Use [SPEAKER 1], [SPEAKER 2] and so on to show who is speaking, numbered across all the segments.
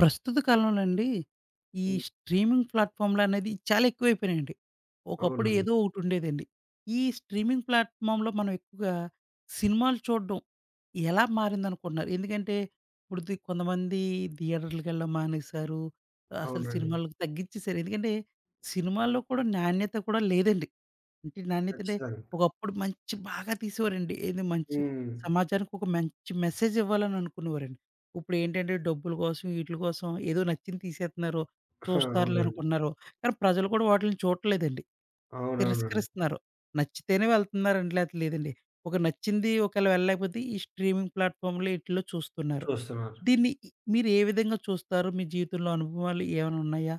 [SPEAKER 1] ప్రస్తుత కాలంలో అండి, ఈ
[SPEAKER 2] హ్మ్.
[SPEAKER 1] స్ట్రీమింగ్ ప్లాట్‌ఫార్మ్‌లనేది చాలా ఎక్కువైపోయినాయండి. ఒకప్పుడు
[SPEAKER 2] అవునండి.
[SPEAKER 1] ఏదో ఒకటుండేదండి. ఈ స్ట్రీమింగ్ ప్లాట్‌ఫామ్‌లో మనం ఎక్కువగా సినిమాలు చూడడం ఎలా మారిందనుకుంటున్నారు? ఎందుకంటే, ఇప్పుడు కొంతమంది థియేటర్లకెళ్ళడం మానేశారు. అసలు
[SPEAKER 2] అవునండి.
[SPEAKER 1] సినిమాలకు తగ్గిచ్చేసారు. ఎందుకంటే, సినిమాల్లో కూడా నాణ్యత కూడా లేదండి. అంటే నాణ్యతంటే,
[SPEAKER 2] ఖచ్చితంగా.
[SPEAKER 1] ఒకప్పుడు మంచి బాగా తీసేవారండి. ఏది మంచి
[SPEAKER 2] హ్మ్.
[SPEAKER 1] సమాజానికి ఒక మంచి మెసేజ్ ఇవ్వాలని అనుకునేవారండి. ఇప్పుడేంటంటే డబ్బుల కోసం, ఈటిల కోసం ఏదో నచ్చింది తీసేత్తన్నారు.
[SPEAKER 2] ఆ! అవునండి.
[SPEAKER 1] చూస్తారులనుకున్నారు. కానీ ప్రజలు కూడా వాటిలిని చూడట్లేదండి.
[SPEAKER 2] అవునవునండి.
[SPEAKER 1] తిరస్కరిస్తున్నారు. నచ్చితేనే వెళ్తున్నారండి. లేతే లేదండి. ఒక నచ్చింది ఒకవేళ వెళ్ళలేకపోతే ఈ స్ట్రీమింగ్ ప్లాట్‌ఫామ్‌లో ఈటిల్లో చూస్తున్నారు.
[SPEAKER 2] చూస్తున్నారు.
[SPEAKER 1] దీన్ని మీరు ఏ విధంగా చూస్తారు? మీ జీవితంలో అనుభవాలు ఏమైనా ఉన్నాయా?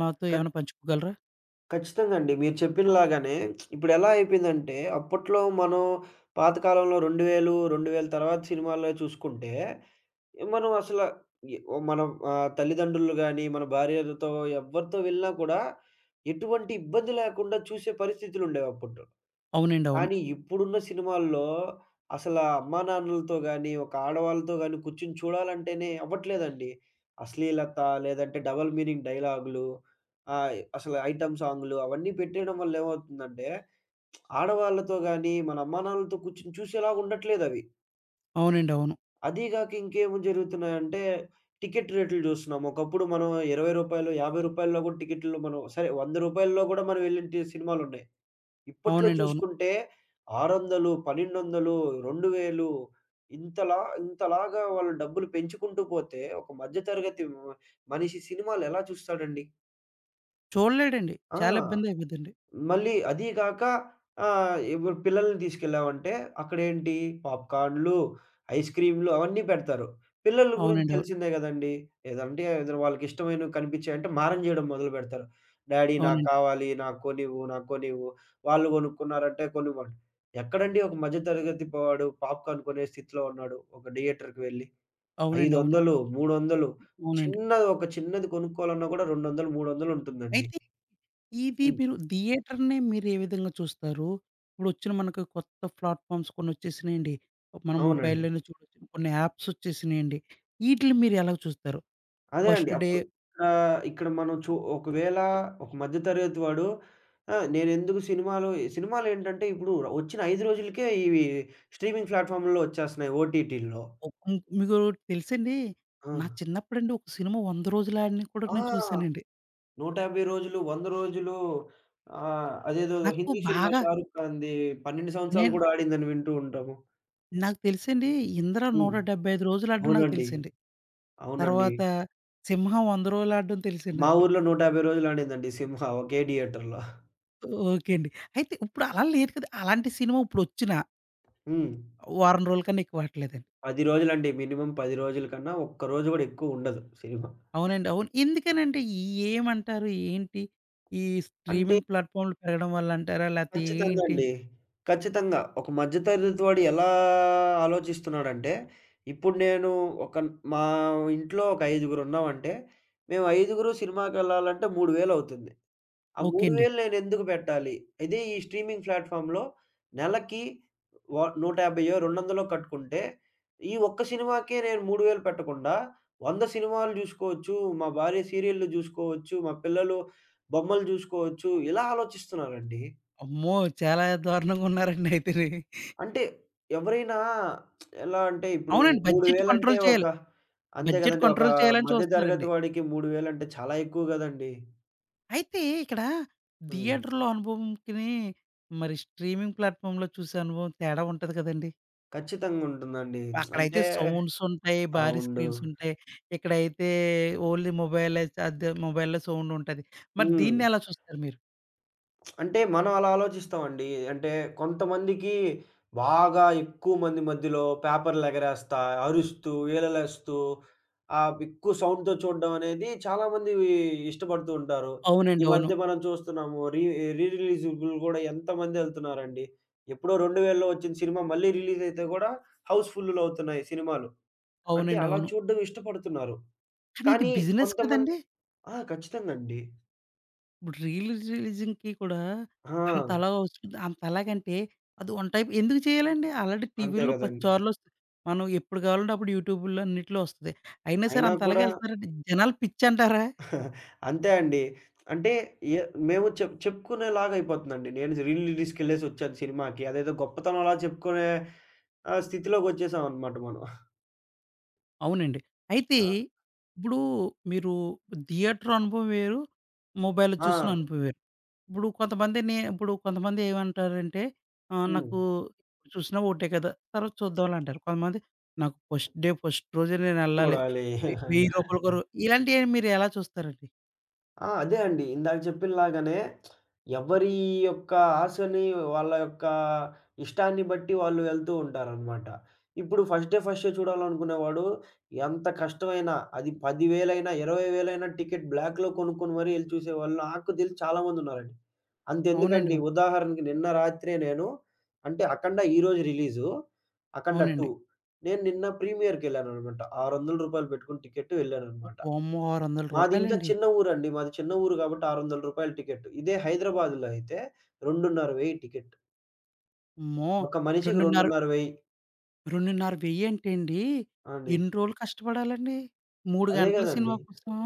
[SPEAKER 1] మాతో
[SPEAKER 2] ఖచ్
[SPEAKER 1] ఏమైనా పంచుకోగలరా?
[SPEAKER 2] ఖచ్చితంగా అండి. మీరు చెప్పినలాగానే ఇప్పుడెలా అయిపోయిందంటే, అప్పట్లో మనం పాత కాలంలో 2000, 2000 తర్వాత సినిమాల్లో చూసుకుంటే, మనం అసల ఎ ఓ మనం తల్లిదండ్రులు గాని, మన భార్యలతో ఎవ్వరితో వెళ్ళినా కూడా ఎటువంటి ఇబ్బంది లేకుండా చూసే పరిస్థితులుండేవి అప్పట్లో.
[SPEAKER 1] అవునండి. అవును.
[SPEAKER 2] కానీ ఇప్పుడున్న సినిమాల్లో అసలా అమ్మానాన్నలతో గాని, ఒక ఆడవాళ్ళతో గాని కూర్చొని చూడాలంటేనే అవ్వట్లేదండి. అశ్లీలత లేదంటే డబుల్ మీనింగ్ డైలాగులు, అసలు ఐటెమ్ సాంగులు అవన్నీ పెట్టేయడం వల్ల ఏమవుతుందంటే, ఆడవాళ్ళతో గాని, మన అమ్మానాన్నలతో కూర్చొని చూసేలాగా ఉండట్లేదవి.
[SPEAKER 1] అవునండి. అవును.
[SPEAKER 2] అదీ గాక ఇంకేమి జరుగుతున్నాయంటే, టికెట్ రేట్లు జూస్తున్నాం. ఒకప్పుడు మనం రూ. 20, రూ. 50లో కూడా టికెట్‌లు మనం సరే రూ. 100 కూడా మనం వెళ్ళిన టి సినిమాలున్నాయి. ఇప్పట్లో
[SPEAKER 1] అవునండి. అవును.
[SPEAKER 2] చూసుకుంటే 600, 1200, 2000 ఇంతలా ఇంతలాగా వాళ్ళు డబ్బులు పెంచుకుంటూ పోతే, ఒక మధ్య తరగతి మనిషి సినిమాలెలా చూస్తాడండి?
[SPEAKER 1] చూడలేడండి.
[SPEAKER 2] ఆ!
[SPEAKER 1] చాలా ఇబ్బందయిపోద్దండి.
[SPEAKER 2] మళ్ళీ అదీ గాక ఇప్పుడు పిల్లల్ని తీసుకెళ్ళామంటే అక్కడేంటి పాప్‌కార్న్‌లు, ఐస్ క్రీమ్‌లు అవన్నీ పెడతారు. పిల్లల గురించి
[SPEAKER 1] అవునండి. అవును.
[SPEAKER 2] తెలిసిందే గదండీ! ఏదంటే ఏదో వాళ్ళకిష్టమైనవి కనిపించాయంటే మారం జేయడం మొదలుపెడతారు. డాడీ నాకు
[SPEAKER 1] అవునండి.
[SPEAKER 2] కావాలి, నాకు కొనివ్వు, నాకు కొనివ్వు. వాళ్ళు గొనుక్కున్నారంటే కొనివ్వను. ఎక్కడండి ఒక మధ్య తరగతి వాడు పాప్‌కార్న్ కొనే స్థితిలో ఉన్నాడు. ఒక థియేటర్‌కి వెళ్లి
[SPEAKER 1] అవునండి. అవును.
[SPEAKER 2] 500, 300
[SPEAKER 1] అవునండి.
[SPEAKER 2] చిన్నది ఒక చిన్నది కొనుక్కోవాలన్నా గూడా 200, 300 ఉంటుందండి.
[SPEAKER 1] అయితే ఇవి
[SPEAKER 2] హ్మ్.
[SPEAKER 1] మీరు థియేటర్‌ని మీరే విధంగా చూస్తారు? ఇప్పుడొచ్చిన మనకు కొత్త ప్లాట్‌ఫార్మ్స్ కొన్నొచ్చేసినియండి. మన
[SPEAKER 2] అవునండి.
[SPEAKER 1] మొబైల్‌లోనే చూడొచ్చు. కొన్ని యాప్స్ ఒచ్చేసినియండి. ఈటిలిని మీరెలా చూస్తారు?
[SPEAKER 2] అదే అండి.
[SPEAKER 1] ఫస్ట్ డే
[SPEAKER 2] అప్పుడు ఇక్కడ మనం ఒకవేళ ఒక మధ్య తరగతి వాడు నేనెందుకు సినిమాలేంటంటే ఇప్పుడు వచ్చిన 5 రోజులకే ఇవి స్ట్రీమింగ్ ప్లాట్‌ఫామ్‌లో వచ్చేస్తున్నాయి ఓటీటీల్లో.
[SPEAKER 1] ఒ హ్మ్. మీకోటి తెలుసండి.
[SPEAKER 2] ఆ!
[SPEAKER 1] నా చిన్నప్పుడండి ఒక సినిమా 100 రోజులు ఆడినయి కూడా
[SPEAKER 2] ఆ!
[SPEAKER 1] నేను చూసానండి.
[SPEAKER 2] 150 రోజులు, 100 రోజులు అదేదో
[SPEAKER 1] నాకు
[SPEAKER 2] హిందీ సినిమా
[SPEAKER 1] బాగా
[SPEAKER 2] 'షారుఖ్ ఖాన్‌ది' 12 సంవత్సరాలు
[SPEAKER 1] నేను
[SPEAKER 2] కూడా ఆడిందని వింటూ ఉంటాము.
[SPEAKER 1] నాకు తెలుసండి. 'ఇంద్ర'
[SPEAKER 2] హ్మ్.
[SPEAKER 1] 175 రోజులు ఆడడం నాకు
[SPEAKER 2] అవునండి.
[SPEAKER 1] తెలుసండి.
[SPEAKER 2] అవునండి.
[SPEAKER 1] తర్వాత 'సింహం వంద రోజులు ఆడడం' తెలిసింది
[SPEAKER 2] మా
[SPEAKER 1] నాకు.
[SPEAKER 2] ఊర్లో 150 రోజులు ఆడిందండి సినిమా ఒకే థియేటర్‌లో.
[SPEAKER 1] ఓకే అండి. అయితే ఇప్పుడు అలా లేదు కదా! అలాంటి సినిమా ఇప్పుడొచ్చిన
[SPEAKER 2] హ్మ్.
[SPEAKER 1] వారం రోజుల కన్నా ఎక్కువ ఆడట్లేదండి.
[SPEAKER 2] 10 రోజులండి. మినిమమ్ 10 రోజుల కన్నా ఒక్క రోజు గూడా ఎక్కువుండదు సినిమా.
[SPEAKER 1] అవునండి. అవును. ఎందుకనంటే ఏమంటారు? ఏంటి? ఈ
[SPEAKER 2] అంటే
[SPEAKER 1] స్ట్రీమింగ్ ప్లాట్‌ఫార్మ్‌లు పెరగడం వల్ల అంటారా? లేతే
[SPEAKER 2] ఖచ్చితంగా
[SPEAKER 1] ఏంటి?
[SPEAKER 2] అండి. ఖచ్చితంగా. ఒక మధ్య తరగతి వాడు ఎలా ఆలోచిస్తున్నాడంటే, ఇప్పుడు నేను ఒక మా ఇంట్లో ఒక ఐదుగురున్నామంటే, మేము ఐదుగురు సినిమాకెళ్ళాలంటే 3000 అవుతుంది. ఆ
[SPEAKER 1] ఓకే అండి.
[SPEAKER 2] 3000 నేనెందుకు పెట్టాలి? ఇదే ఈ స్ట్రీమింగ్ ప్లాట్‌ఫార్మ్‌లో నెలకి వ 150 200 కట్టుకుంటే, ఈ ఒక్క సినిమాకే నేను 3000 పెట్టకుండా 100 సినిమాలు జూసుకోవచ్చు. మా భార్య సీరియల్‌లు జూసుకోవచ్చు. మా పిల్లలు బొమ్మలు జూసుకోవచ్చు. ఇలా ఆలోచిస్తున్నారండి.
[SPEAKER 1] అమ్మో! చాలా దారుణంగా ఉన్నారండి అయితేని.
[SPEAKER 2] అంటే ఎవరైనా ఎలా అంటే ఇప్పుడు
[SPEAKER 1] అవునండి. బడ్జెట్
[SPEAKER 2] 3000 అంటే
[SPEAKER 1] కంట్రోల్
[SPEAKER 2] ఒక
[SPEAKER 1] చేయాలి.
[SPEAKER 2] అంతే
[SPEAKER 1] బడ్జెట్
[SPEAKER 2] గదండీ! ఒక
[SPEAKER 1] కంట్రోల్ చేయాలని
[SPEAKER 2] మధ్య తరగతి
[SPEAKER 1] చూస్తున్నారండి.
[SPEAKER 2] వాడికి 3000 అంటే చాలా ఎక్కువ గదండీ!
[SPEAKER 1] అయితే ఇక్కడ
[SPEAKER 2] హ్మ్.
[SPEAKER 1] థియేటర్‌లో అనుభవంకిని మరి స్ట్రీమింగ్ ప్లాట్‌ఫార్మ్‌లో చూసే అనుభవం తేడా ఉంటది కదండీ!
[SPEAKER 2] ఖచ్చితంగుంటుందండి.
[SPEAKER 1] అక్కడైతే
[SPEAKER 2] అంటే
[SPEAKER 1] సౌండ్స్ ఉంటాయి. భారీ
[SPEAKER 2] అవును.
[SPEAKER 1] స్క్రీన్స్ ఉంటాయి. ఇక్కడైతే ఓన్లీ మొబైలే అదే మొబైల్‌లో సౌండ్ ఉంటది. మరి
[SPEAKER 2] హ్మ్.
[SPEAKER 1] దీన్ని ఎలా చూస్తారు మీరు?
[SPEAKER 2] అంటే మనం అలా ఆలోచిస్తామండి. అంటే కొంతమందికి బాగా ఎక్కువ మంది మధ్యలో పేపర్‌లెగరేస్తా, అరుస్తూ, ఈలలేస్తూ ఎక్కువ సౌండ్‌తో చూడడం అనేది చాలామంది ఇష్టపడుతూ ఉంటారు. ఈ
[SPEAKER 1] అవునండి. అవును.
[SPEAKER 2] మధ్య మనం చూస్తున్నాము రీ రీ రిలీజబుల్ గూడా ఎంతమంది ఎళ్తున్నారండి. ఎప్పుడో 2000లో వచ్చిన సినిమా మళ్ళీ రిలీజ్ అయితే గూడా హౌస్ ఫుల్లులవుతున్నాయి సినిమాలు. అంటే
[SPEAKER 1] అవునండి.
[SPEAKER 2] అలా
[SPEAKER 1] అవును.
[SPEAKER 2] చూడడం ఇష్టపడుతున్నారు.
[SPEAKER 1] కానీ ఇది
[SPEAKER 2] కానీ
[SPEAKER 1] బిజినెస్
[SPEAKER 2] కొంతమంది
[SPEAKER 1] కదండీ!
[SPEAKER 2] ఆ! ఖచ్చితంగా అండి.
[SPEAKER 1] ఇప్పుడు రీల్ రిలీజింగ్‌కి కూడా అంత
[SPEAKER 2] ఆ!
[SPEAKER 1] అలా వస్తుంది. అంత అలాగంటే అది వన్ టైప్ ఎందుకు చేయాలండి? ఆల్రెడీ
[SPEAKER 2] అంతే
[SPEAKER 1] టీవీల్లో 10
[SPEAKER 2] గదండీ!
[SPEAKER 1] సార్లు వస్తది. మనం ఎప్పుడు కావాలంటే అప్పుడు యూట్యూబ్‌లో అన్నిట్లో వస్తది. అయినా సరే
[SPEAKER 2] అయినా
[SPEAKER 1] అంత అలాగే
[SPEAKER 2] కూడా
[SPEAKER 1] ఎళ్తున్నారంటే జనాలు పిచ్చంటారా?
[SPEAKER 2] అంతే అండి. అంటే ఎ మేము చెప్పుకునేలాగా అయిపోతుందండి. నేను రీల్ రిలీజ్‌కెళ్ళేసొచ్చాను సినిమాకి. అదేదో గొప్పతనంలా చెప్పుకునే స్థితిలోకొచ్చేసామనమాట మనం.
[SPEAKER 1] అవునండి. అయితే
[SPEAKER 2] ఆ!
[SPEAKER 1] ఇప్పుడు మీరు థియేటర్ అనుభవం వేరు. మొబైల్‌లో చూసిన
[SPEAKER 2] ఆ!
[SPEAKER 1] అనుభవం వేరు. ఇప్పుడు కొంతమంది ఏమంటారంటే
[SPEAKER 2] హ్మ్.
[SPEAKER 1] నాకు ఇప్పుడు చూసినా ఒకటే కదా! తర్వాత చూద్దాంలే అంటారు. కొంతమంది నాకు ఫస్ట్ డే ఫస్ట్ రోజే నేనెళ్ళాలి.
[SPEAKER 2] చూడాలి.
[SPEAKER 1] రూ. 1000 ఇలాంటివి మీరు ఎలా చూస్తారండి?
[SPEAKER 2] ఆ! అదే అండి. ఇందాక చెప్పినలాగానే ఎవరి యొక్క ఆశని, వాళ్ళ యొక్క ఇష్టాన్ని బట్టి వాళ్ళు వెళ్తూ ఉంటారనమాట. ఇప్పుడు ఫస్ట్ డే, ఫస్ట్ షో చూడాలనుకునేవాడు ఎంత కష్టమైనా అది 10,000 20,000 టికెట్ బ్లాక్‌లో కొనుక్కొని మరీ ఎళ్లి చూసేవాళ్ళు నాకు తెలిసి చాలామందున్నారండి.
[SPEAKER 1] అవునండి.
[SPEAKER 2] అంతెందుకండి
[SPEAKER 1] అవును.
[SPEAKER 2] ఉదాహరణకి నిన్న రాత్రే నేను అంటే 'అఖండ' ఈరోజు రిలీజు. 'అఖండ
[SPEAKER 1] అవునండి.
[SPEAKER 2] 2' నేను నిన్న ప్రీమియర్‌కెళ్ళాననమాట. రూ. 600 పెట్టుకుని టికెట్ వెళ్ళాననమాట.
[SPEAKER 1] వామ్మో! రూ.
[SPEAKER 2] మాది ఇంకా
[SPEAKER 1] 600
[SPEAKER 2] చిన్న ఊరండి. మాది చిన్న ఊరు కాబట్టి రూ. 600 టికెట్. ఇదే హైదరాబాద్‌లో అయితే 2500 టికెట్.
[SPEAKER 1] అమ్మో!
[SPEAKER 2] ఒక మనిషికి
[SPEAKER 1] 2.5
[SPEAKER 2] 2500
[SPEAKER 1] 2.5 వెయ్యంటేండి
[SPEAKER 2] అండి.
[SPEAKER 1] ఎన్ని రోజులు కష్టపడాలండి? 3
[SPEAKER 2] అదే
[SPEAKER 1] గంటల
[SPEAKER 2] గదండీ!
[SPEAKER 1] సినిమా కోసం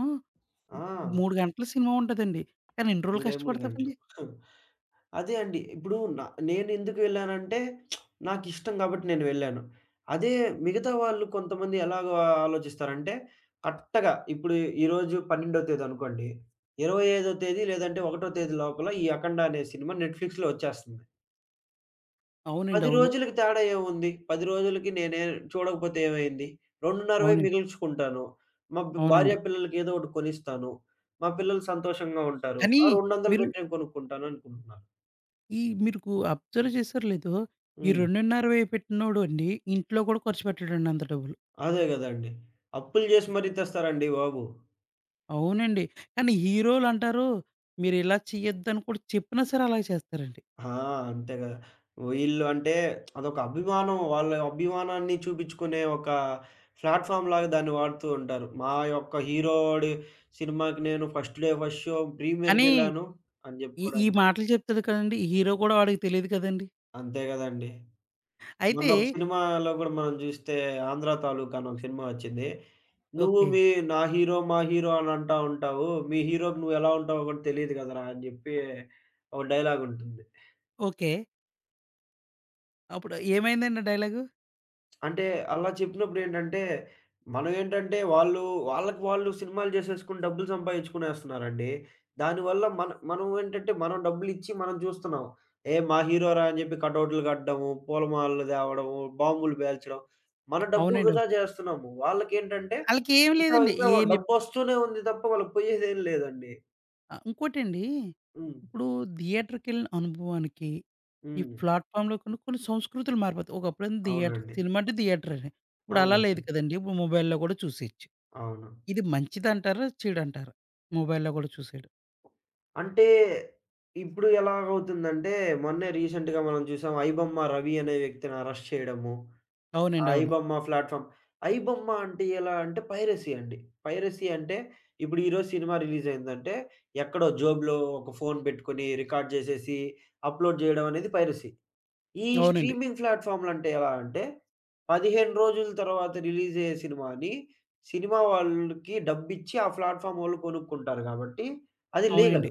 [SPEAKER 2] ఆ!
[SPEAKER 1] 3 గంటల సినిమా ఉంటదండి. కానీ ఎన్ని రోజులు
[SPEAKER 2] మూడే 3 గంటలు.
[SPEAKER 1] కష్టపడతామండి?
[SPEAKER 2] అదే అండి. ఇప్పుడు నేనెందుకు వెళ్ళానంటే నాకిష్టం కాబట్టి నేను వెళ్ళాను. అదే మిగతా వాళ్ళు కొంతమంది ఎలాగ ఆలోచిస్తారంటే కరెక్ట్‌గా ఇప్పుడు ఈరోజు 12వ తేదీ అనుకోండి. 25వ తేదీ లేదంటే 1వ తేదీ లోపల ఈ 'అఖండ' అనే సినిమా నెట్‌ఫ్లిక్స్‌లో వచ్చేస్తుంది.
[SPEAKER 1] అవునండి.
[SPEAKER 2] 10
[SPEAKER 1] అవును.
[SPEAKER 2] రోజులకి తేడా ఏముంది? 10 రోజులకి నేనే చూడకపోతే ఏమైంది? 2.5
[SPEAKER 1] అవునండి.
[SPEAKER 2] మిగిల్చుకుంటాను. మా భార్య
[SPEAKER 1] అవునండి.
[SPEAKER 2] పిల్లలకి ఏదో ఒకటి కొనిస్తాను. మా పిల్లలు సంతోషంగా ఉంటారు.
[SPEAKER 1] కానీ
[SPEAKER 2] ఆ 200
[SPEAKER 1] మీరు
[SPEAKER 2] పెట్టి నేను కొనుక్కుంటాను అనుకుంటున్నాను.
[SPEAKER 1] మీరుకు అబ్జర్వ్ చేశారో లేదో, ఈ
[SPEAKER 2] హ్మ్.
[SPEAKER 1] 2.5 వేయి పెట్టినోడండి ఇంట్లో కూడా ఖర్చు పెట్టడండి అంత డబ్బులు.
[SPEAKER 2] అదే గదండీ! అప్పులు జేసి మరీ తెస్తారండి బాబు.
[SPEAKER 1] అవునండి. కానీ హీరోలంటారు మీరిలా చేయొద్దని కూడా చెప్పినా సరే అలాగే చేస్తారండి.
[SPEAKER 2] ఆ! అంతే గదా! వీళ్ళు అంటే అదొక అభిమానం. వాళ్ళ అభిమానాన్ని చూపించుకునే ఒక ప్లాట్‌ఫార్మ్ లాగా దాన్ని వాడుతూ ఉంటారు. మా యొక్క హీరోడి సినిమాకి నేను ఫస్ట్ డే ఫస్ట్ షో
[SPEAKER 1] కానీ
[SPEAKER 2] ప్రీమియర్‌కెళ్ళాను అని
[SPEAKER 1] ఈ ఈ
[SPEAKER 2] జెప్పుకోడానికి.
[SPEAKER 1] మాటలు చెప్తాడు కదండీ! ఈ హీరో కూడా వాడికి తెలీదు కదండీ!
[SPEAKER 2] అంతే గదండీ.
[SPEAKER 1] అయితే
[SPEAKER 2] మొన్నొక సినిమాలో గూడా మనం జూస్తే 'ఆంధ్ర తాలూకా' అని ఒక సినిమా వచ్చింది. నువ్వు
[SPEAKER 1] ఓకే.
[SPEAKER 2] మీ నా హీరో, మా హీరో అని అంటా ఉంటావు. మీ హీరోకి నువ్వెలా ఉంటావో గూడా తెలీదు గదరా! అని జెప్పి ఒక డైలాగుంటుంది.
[SPEAKER 1] ఓకే. అప్పుడు ఏమైందండి ఆ డైలాగు?
[SPEAKER 2] అంటే అలా చెప్పినప్పుడేంటంటే, మనమేంటంటే వాళ్ళకి వాళ్ళు సినిమాలు జేసేసుకొని డబ్బులు సంపాదించుకునేస్తున్నారండి. దానివల్ల మనం ఏంటంటే మనం డబ్బులిచ్చి మనం చూస్తున్నాం. ఏ మా హీరోరా అని జెప్పి కటౌట్లు కట్టడము, పూలమాలలు తేవడము, బాంబులు పేల్చడం. మన డబ్బు
[SPEAKER 1] అవునండి. అవును.
[SPEAKER 2] వృధా జేస్తున్నాము. వాళ్ళకేంటంటే
[SPEAKER 1] ఆళ్ళకేం
[SPEAKER 2] ఇంకా
[SPEAKER 1] లేదండి.
[SPEAKER 2] ఇంకా డబ్బొస్తూనే ఉంది తప్ప వాళ్ళకి పోయేదేం లేదండి.
[SPEAKER 1] ఆ! ఇంకోటండి,
[SPEAKER 2] హ్మ్.
[SPEAKER 1] ఇప్పుడు థియేటర్‌కెళ్ళిన అనుభవానికి, ఈ
[SPEAKER 2] హ్మ్.
[SPEAKER 1] ప్లాట్‌ఫామ్‌లో కొన్ని కొన్ని సంస్కృతులు మారిపోతాయి. ఒకప్పుడేమో థియేటర్
[SPEAKER 2] అవునండి.
[SPEAKER 1] సినిమా అంటే థియేటరని. ఇప్పుడు అలా
[SPEAKER 2] అవునండి.
[SPEAKER 1] లేదు కదండీ! ఇప్పుడు మొబైల్‌లో కూడా చూసేయొచ్చు.
[SPEAKER 2] అవును.
[SPEAKER 1] ఇది మంచిదంటారా? చెడంటారా? మొబైల్‌లో కూడా చూసేయడం.
[SPEAKER 2] అంటే, ఇప్పుడు ఎలాగవుతుందంటే, మొన్నే రీసెంట్‌గా మనం చూసాం. ఐబొమ్మ రవి అనే వ్యక్తిని అరెస్ట్ చేయడము. ఆ
[SPEAKER 1] అవునండి. అవును.
[SPEAKER 2] ఐబొమ్మ ప్లాట్‌ఫార్మ్ ఐబొమ్మ అంటే ఎలా అంటే పైరసీ అండి. పైరసీ అంటే ఇప్పుడు ఈరోజు సినిమా రిలీజ్ అయిందంటే, ఎక్కడో జోబులో ఒక ఫోన్ పెట్టుకొని రికార్డ్ చేసేసి, అప్‌లోడ్ చేయడం అనేది పైరసీ. ఈ
[SPEAKER 1] అవునండి.
[SPEAKER 2] స్ట్రీమింగ్ ప్లాట్‌ఫార్మ్‌లంటే ఎలా అంటే, 15 రోజుల తర్వాత రిలీజ్ అయ్యే సినిమాని, సినిమా వాళ్ళకి డబ్బిచ్చి ఆ ప్లాట్‌ఫార్మ్ వాళ్ళు కొనుక్కుంటారు కాబట్టి, అది
[SPEAKER 1] అవునండి.
[SPEAKER 2] లీగల్.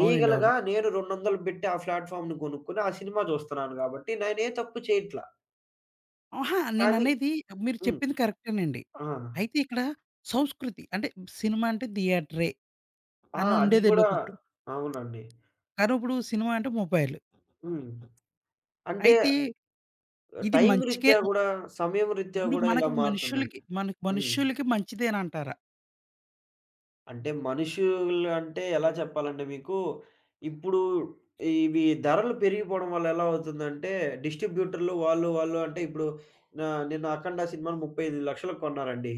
[SPEAKER 1] అవునండి. అవును.
[SPEAKER 2] నేను 200 పెట్టి ఆ ప్లాట్‌ఫార్మ్‌ని కొనుక్కొని ఆ సినిమా చూస్తున్నాను గాబట్టి నేనే తప్పు చేయట్లా.
[SPEAKER 1] అహా!
[SPEAKER 2] కానీ
[SPEAKER 1] నేననేది మీరు
[SPEAKER 2] హ్మ్.
[SPEAKER 1] చెప్పింది కరెక్టేనండి.
[SPEAKER 2] ఆ!
[SPEAKER 1] అయితే ఇక్కడ సంస్కృతి అంటే సినిమా అంటే థియేటరే
[SPEAKER 2] ఆ!
[SPEAKER 1] అని
[SPEAKER 2] అది
[SPEAKER 1] ఉండేదండి
[SPEAKER 2] గూడా
[SPEAKER 1] ఒకప్పుడు.
[SPEAKER 2] అవునండి.
[SPEAKER 1] కానీ ఇప్పుడు సినిమా అంటే మొబైల్.
[SPEAKER 2] హ్మ్. అంటే
[SPEAKER 1] అయితే ఇది
[SPEAKER 2] టైం
[SPEAKER 1] మంచికే
[SPEAKER 2] రీత్యా గూడా, సమయం రీత్యా
[SPEAKER 1] ఇప్పుడు
[SPEAKER 2] గూడా ఇలా మారుతుందండి.
[SPEAKER 1] మనకు
[SPEAKER 2] హ్మ్.
[SPEAKER 1] మనుషులకి మంచిదేనంటారా?
[SPEAKER 2] అంటే మనుషులు అంటే ఎలా చెప్పాలంటే మీకు, ఇప్పుడు ఇవి ధరలు పెరిగిపోవడం వల్ల ఎలా అవుతుందంటే, డిస్ట్రిబ్యూటర్లు వాళ్ళు అంటే ఇప్పుడు నిన్న 'అఖండ' సినిమాను 35,000,000కి కొన్నారండి.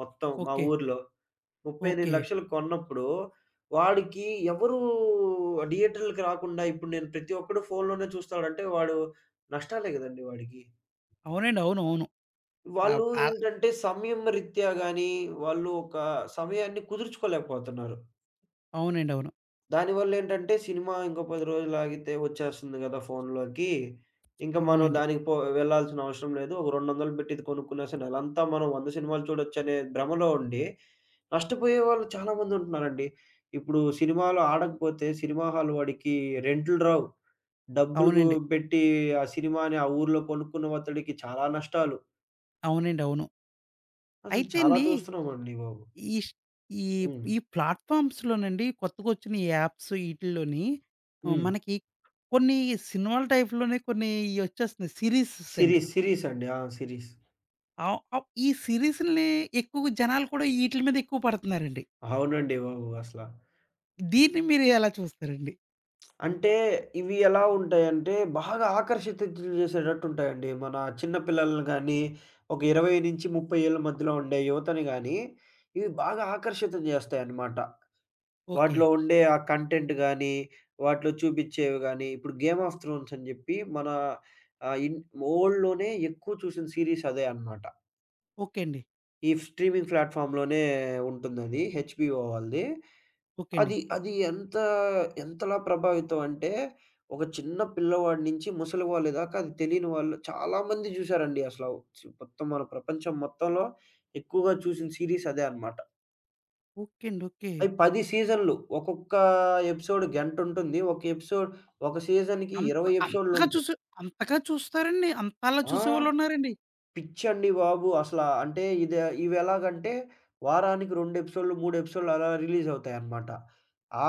[SPEAKER 2] మొత్తం మా
[SPEAKER 1] ఓకే.
[SPEAKER 2] ఊర్లో. రూ.
[SPEAKER 1] ఓకే.
[SPEAKER 2] 38,00,000 కొన్నప్పుడు, వాడికి ఎవరూ థియేటర్‌లకి రాకుండా ఇప్పుడు నేను ప్రతి ఒక్కడు ఫోన్‌లోనే చూస్తాడంటే వాడు నష్టాలే గదండీ వాడికి.
[SPEAKER 1] అవునండి. అవును. అవును.
[SPEAKER 2] వాళ్ళు
[SPEAKER 1] ఆబ్ ఆహ్,
[SPEAKER 2] ఏంటంటే సమయం రీత్యా గాని, వాళ్ళు ఒక సమయాన్ని కుదుర్చుకోలేకపోతున్నారు.
[SPEAKER 1] అవునండి. అవును.
[SPEAKER 2] దానివల్లేంటంటే, సినిమా ఇంకో 10 రోజులాగితే వచ్చేస్తుంది గదా ఫోనులోకి. ఇంకా మనం
[SPEAKER 1] అవునండి.
[SPEAKER 2] దానికి వెళ్ళాల్సిన అవసరం లేదు. ఒక 200 పెట్టి ఇది కొనుక్కున్నా సరే, నెలంతా మనం 100 సినిమాలు చూడొచ్చనే భ్రమలో ఉండి, నష్టపోయే వాళ్ళు చాలా మందుంటున్నారండి. ఇప్పుడు సినిమాలు ఆడకపోతే, సినిమా హాల్ వాడికి రెంటులు రావు. డబ్బులుకు
[SPEAKER 1] అవునండి.
[SPEAKER 2] పెట్టి ఆ సినిమాని ఆ ఊర్లో కొనుక్కున్న అతడికి చాలా నష్టాలు.
[SPEAKER 1] అవునండి. అవును.
[SPEAKER 2] అసలు చాలా
[SPEAKER 1] అయితేండి
[SPEAKER 2] చూస్తున్నామండి బాబు.
[SPEAKER 1] ఈ స్ ఈ
[SPEAKER 2] హ్మ్.
[SPEAKER 1] ఈ ప్లాట్‌ఫార్మ్స్‌లోనండి కొత్తగొచ్చిన ఈ యాప్స్ ఈటిల్లోని
[SPEAKER 2] హ్మ్.
[SPEAKER 1] మనకి కొన్ని సినిమాల టైప్‌లోనే కొన్ని ఇయొచ్చేస్తున్నాయి సీరీసెస్ అండి.
[SPEAKER 2] సిరీసండి. ఆ! సిరీస్.
[SPEAKER 1] ఆహ్, ఆహ్, ఈ సీరీస్‌లని ఎక్కువ జనాలు కూడా ఈటిల మీద ఎక్కువ పడుతున్నారండి.
[SPEAKER 2] అవునండి బాబు అసల.
[SPEAKER 1] దీన్ని మీరు ఎలా చూస్తారండి?
[SPEAKER 2] అంటే ఇవి ఎలా ఉంటాయంటే బాగా ఆకర్షితులు చేసేటట్టుంటాయండి. మన చిన్న పిల్లల్ని గానీ, ఒక 20-30 ఏళ్ల మధ్యలో ఉండే యువతని గానీ, ఇవి బాగా ఆకర్షితం చేస్తాయన్నమాట.
[SPEAKER 1] ఓకే.
[SPEAKER 2] వాటిలో ఉండే ఆ కంటెంట్ గానీ, వాటిలో చూపిచ్చేవి గానీ, ఇప్పుడు 'గేమ్ ఆఫ్ థ్రోన్స్' అని జెప్పి మన ఆహ్, ఇన్ వరల్డ్‌లోనే ఎక్కువ చూసిన సీరీస్ అదే అన్నమాట.
[SPEAKER 1] ఓకే అండి.
[SPEAKER 2] ఈ స్ట్రీమింగ్ ప్లాట్‌ఫామ్‌లోనే ఉంటుందది. హెచ్‌బీఓ వాళ్ళది.
[SPEAKER 1] ఓకే అండి.
[SPEAKER 2] అది అది ఎంతలా ప్రభావితం అంటే, ఒక చిన్న పిల్లవాడి నుంచి ముసలి వాళ్ళ దాకా అది తెలియని వాళ్ళు చాలామంది చూసారండి అసల. మొత్తం మన ప్రపంచం మొత్తంలో ఎక్కువగా చూసిన సీరీస్ అదే అనమాట.
[SPEAKER 1] ఓకే అండి. ఓకే.
[SPEAKER 2] అయి 10 సీజన్‌లు. ఒక్కొక్క ఎపిసోడ్ గంటుంటుంది. ఒక సీజన్‌కి
[SPEAKER 1] అంత
[SPEAKER 2] 20
[SPEAKER 1] అంతగా
[SPEAKER 2] ఎపిసోడ్‌లుంటాయి.
[SPEAKER 1] చూసే అంతగా చూస్తారండి. అంత అలా
[SPEAKER 2] ఆ!
[SPEAKER 1] చూసేవాళ్ళున్నారండి.
[SPEAKER 2] పిచ్చండి బాబు! అసలా అంటే ఇవెలాగంటే వారానికి 2 ఎపిసోడ్‌లు, 3 ఎపిసోడ్‌లు అలా రిలీజ్ అవుతాయన్నమాట.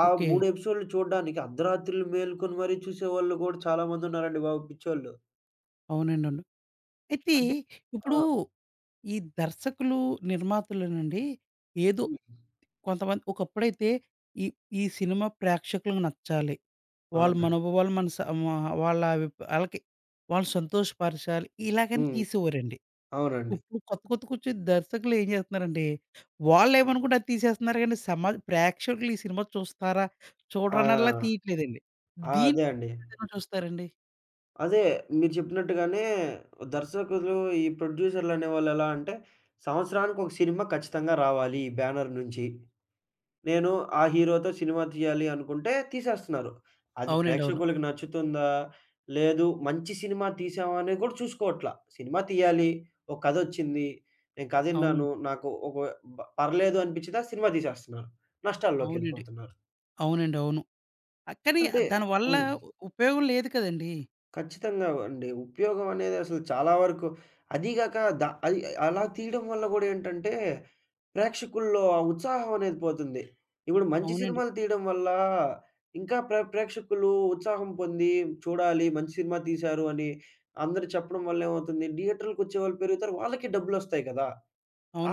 [SPEAKER 2] ఆ
[SPEAKER 1] ఓకే.
[SPEAKER 2] 3 ఎపిసోడ్‌లు చూడడానికి అర్ధరాత్రులు మేలుకొని మరీ చూసేవాళ్ళు కూడా చాలామంది ఉన్నారండి బాబు పిచ్చోళ్ళు.
[SPEAKER 1] అవునండి. అవును. అయితే
[SPEAKER 2] అంటే ఆ!
[SPEAKER 1] ఇప్పుడు ఈ దర్శకులు, నిర్మాతలునండి ఏదో
[SPEAKER 2] హ్మ్.
[SPEAKER 1] కొంతమంది ఒకప్పుడైతే ఈ ఈ సినిమా ప్రేక్షకులకు నచ్చాలి. వాళ్ళ
[SPEAKER 2] అవునండి.
[SPEAKER 1] మనోభావాలు మన స మా వాళ్ళ అభిప్ ఆళ్ళకి వాళ్ళు సంతోషపరచాలి. ఇలాగని
[SPEAKER 2] హ్మ్.
[SPEAKER 1] తీసేవారండి.
[SPEAKER 2] అవునండి.
[SPEAKER 1] ఇప్పుడు కొత్త కొత్త కొచ్చే దర్శకులు ఏం జేస్తున్నారంటే, వాళ్ళేమనుకుంటే అది తీసేస్తున్నారు గానీ, సమాజ ప్రేక్షకులు ఈ సినిమా చూస్తారా? చూడరనలా
[SPEAKER 2] ఆ!
[SPEAKER 1] తీయట్లేదండి.
[SPEAKER 2] ఆ!
[SPEAKER 1] దీన్ని
[SPEAKER 2] అదే అండి.
[SPEAKER 1] ఏ విధంగా చూస్తారండి?
[SPEAKER 2] అదే మీరు చెప్పినట్టుగానే దర్శకులు, ఈ ప్రొడ్యూసర్‌లు అనేవాళ్ళు ఎలా అంటే సంవత్సరానికి ఒక సినిమా ఖచ్చితంగా రావాలి ఈ బ్యానర్ నుంచి. నేను ఆ హీరోతో సినిమా తీయాలి అనుకుంటే తీసేస్తున్నారు. అది
[SPEAKER 1] అవునండి. అవును.
[SPEAKER 2] ప్రేక్షకులకి నచ్చుతుందా? లేదు మంచి సినిమా తీసామా అనేది కూడా చూసుకోవట్ల. సినిమా తీయాలి. ఒక కథొచ్చింది. నేను కథ ఇన్నాను.
[SPEAKER 1] అవునండి.
[SPEAKER 2] నాకు ఒక పర్లేదు అనిపించిందా సినిమా తీసేస్తున్నారు.
[SPEAKER 1] అవునండి.
[SPEAKER 2] నష్టాల్లోకెళ్ళిపోతున్నారు.
[SPEAKER 1] అవునండి. అవును. కానీ
[SPEAKER 2] అంటే
[SPEAKER 1] దానివల్ల
[SPEAKER 2] హ్మ్.
[SPEAKER 1] ఉపయోగం లేదు కదండీ!
[SPEAKER 2] ఖచ్చితంగా అండి. ఉపయోగం అనేది అసలు చాలా వరకు అదీ గాక అది అలా తీయడం వల్ల గూడా ఏంటంటే, ప్రేక్షకుల్లో ఆ ఉత్సాహం అనేది పోతుంది. ఇప్పుడు మంచి
[SPEAKER 1] అవునండి.
[SPEAKER 2] సినిమాలు తీయడం వల్ల ఇంకా ప్రేక్షకులు ఉత్సాహం పొంది చూడాలి, మంచి సినిమా తీశారు అని అందరూ చెప్పడం వల్ల ఏమవుతుంది, థియేటర్‌లకొచ్చేవాళ్ళు పెరుగుతారు. వాళ్ళకి డబ్బులొస్తాయి కదా!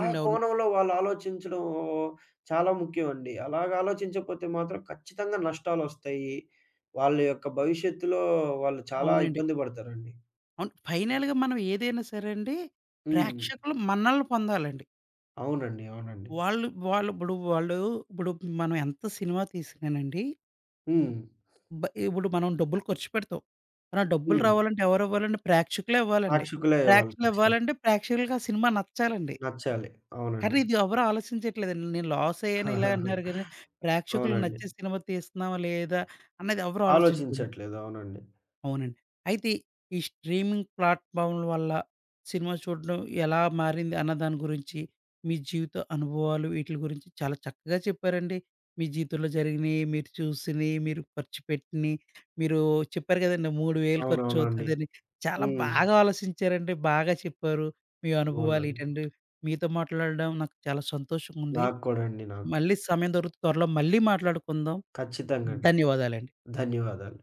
[SPEAKER 2] ఆ
[SPEAKER 1] అవును.
[SPEAKER 2] కోణంలో వాళ్ళు ఆలోచించడం చాలా ముఖ్యమండి. అలాగ ఆలోచించకపోతే మాత్రం ఖచ్చితంగా నష్టాలొస్తాయి. వాళ్ళ యొక్క భవిష్యత్తులో వాళ్ళు చాలా
[SPEAKER 1] అవునండి.
[SPEAKER 2] ఇబ్బంది పడతారండి.
[SPEAKER 1] అవును. ఫైనల్‌గా మనం ఏదైనా సరే అండి,
[SPEAKER 2] హ్మ్.
[SPEAKER 1] ప్రేక్షకులు మనల్ని పొందాలండి.
[SPEAKER 2] అవునండి. అవునండి.
[SPEAKER 1] వాళ్ళు వాళ్ళు ఇప్పుడు వాళ్ళు ఇప్పుడు మనం ఎంత సినిమా తీసినానండి
[SPEAKER 2] హ్మ్.
[SPEAKER 1] ఇప్పుడు మనం డబ్బులు ఖర్చు పెడతాం. మన డబ్బులు
[SPEAKER 2] హ్మ్.
[SPEAKER 1] రావాలంటే ఎవరివ్వాలండి? ప్రేక్షకులే ఇవ్వాలండి.
[SPEAKER 2] సాక్షికులే వాళ్ళు ఖచ్చితంగా.
[SPEAKER 1] ప్రేక్షకులివ్వాలంటే ప్రేక్షకులకి ఆ సినిమా నచ్చాలండి.
[SPEAKER 2] నచ్చాలి.
[SPEAKER 1] కానీ
[SPEAKER 2] అవునండి.
[SPEAKER 1] ఇది ఎవరు ఆలోచించట్లేదండి. నేను లాస్ అయ్యాను ఇలా అంటున్నారు గానీ, ప్రేక్షకులకు
[SPEAKER 2] అవునండి.
[SPEAKER 1] నచ్చే సినిమా తీస్తున్నామా లేదా? అన్నది ఎవరు ఆలోచించరు.
[SPEAKER 2] ఆలోచించట్లేదు. అవునండి.
[SPEAKER 1] అవునండి. అయితే ఈ స్ట్రీమింగ్ ప్లాట్‌ఫామ్‌ల వల్ల సినిమా చూడడం ఎలా మారింది అన్న దాని గురించి, మీ జీవిత అనుభవాలు వీటిల గురించి చాలా చక్కగా చెప్పారండి. మీ జీవితంలో జరిగినయి, మీరు చూసినయి, మీరు ఖర్చు పెట్టినయి, మీరు చెప్పారు కదండీ 3,000
[SPEAKER 2] అవునవునండి.
[SPEAKER 1] ఖర్చవుతదని. చాలా
[SPEAKER 2] హ్మ్.
[SPEAKER 1] బాగా ఆలోచించారండి. బాగా చెప్పారు. మీ అనుభవాలు
[SPEAKER 2] అవునండి.
[SPEAKER 1] ఇటండి. మీతో మాట్లాడడం నాకు చాలా సంతోషంగుంది.
[SPEAKER 2] నాకు కూడా అండి. నాకు.
[SPEAKER 1] మళ్ళీ సమయం దొరికితే త్వరలో మళ్ళీ మాట్లాడుకుందాం.
[SPEAKER 2] ఖచ్చితంగా అండి.
[SPEAKER 1] ధన్యవాదాలండి.
[SPEAKER 2] ధన్యవాదాలు.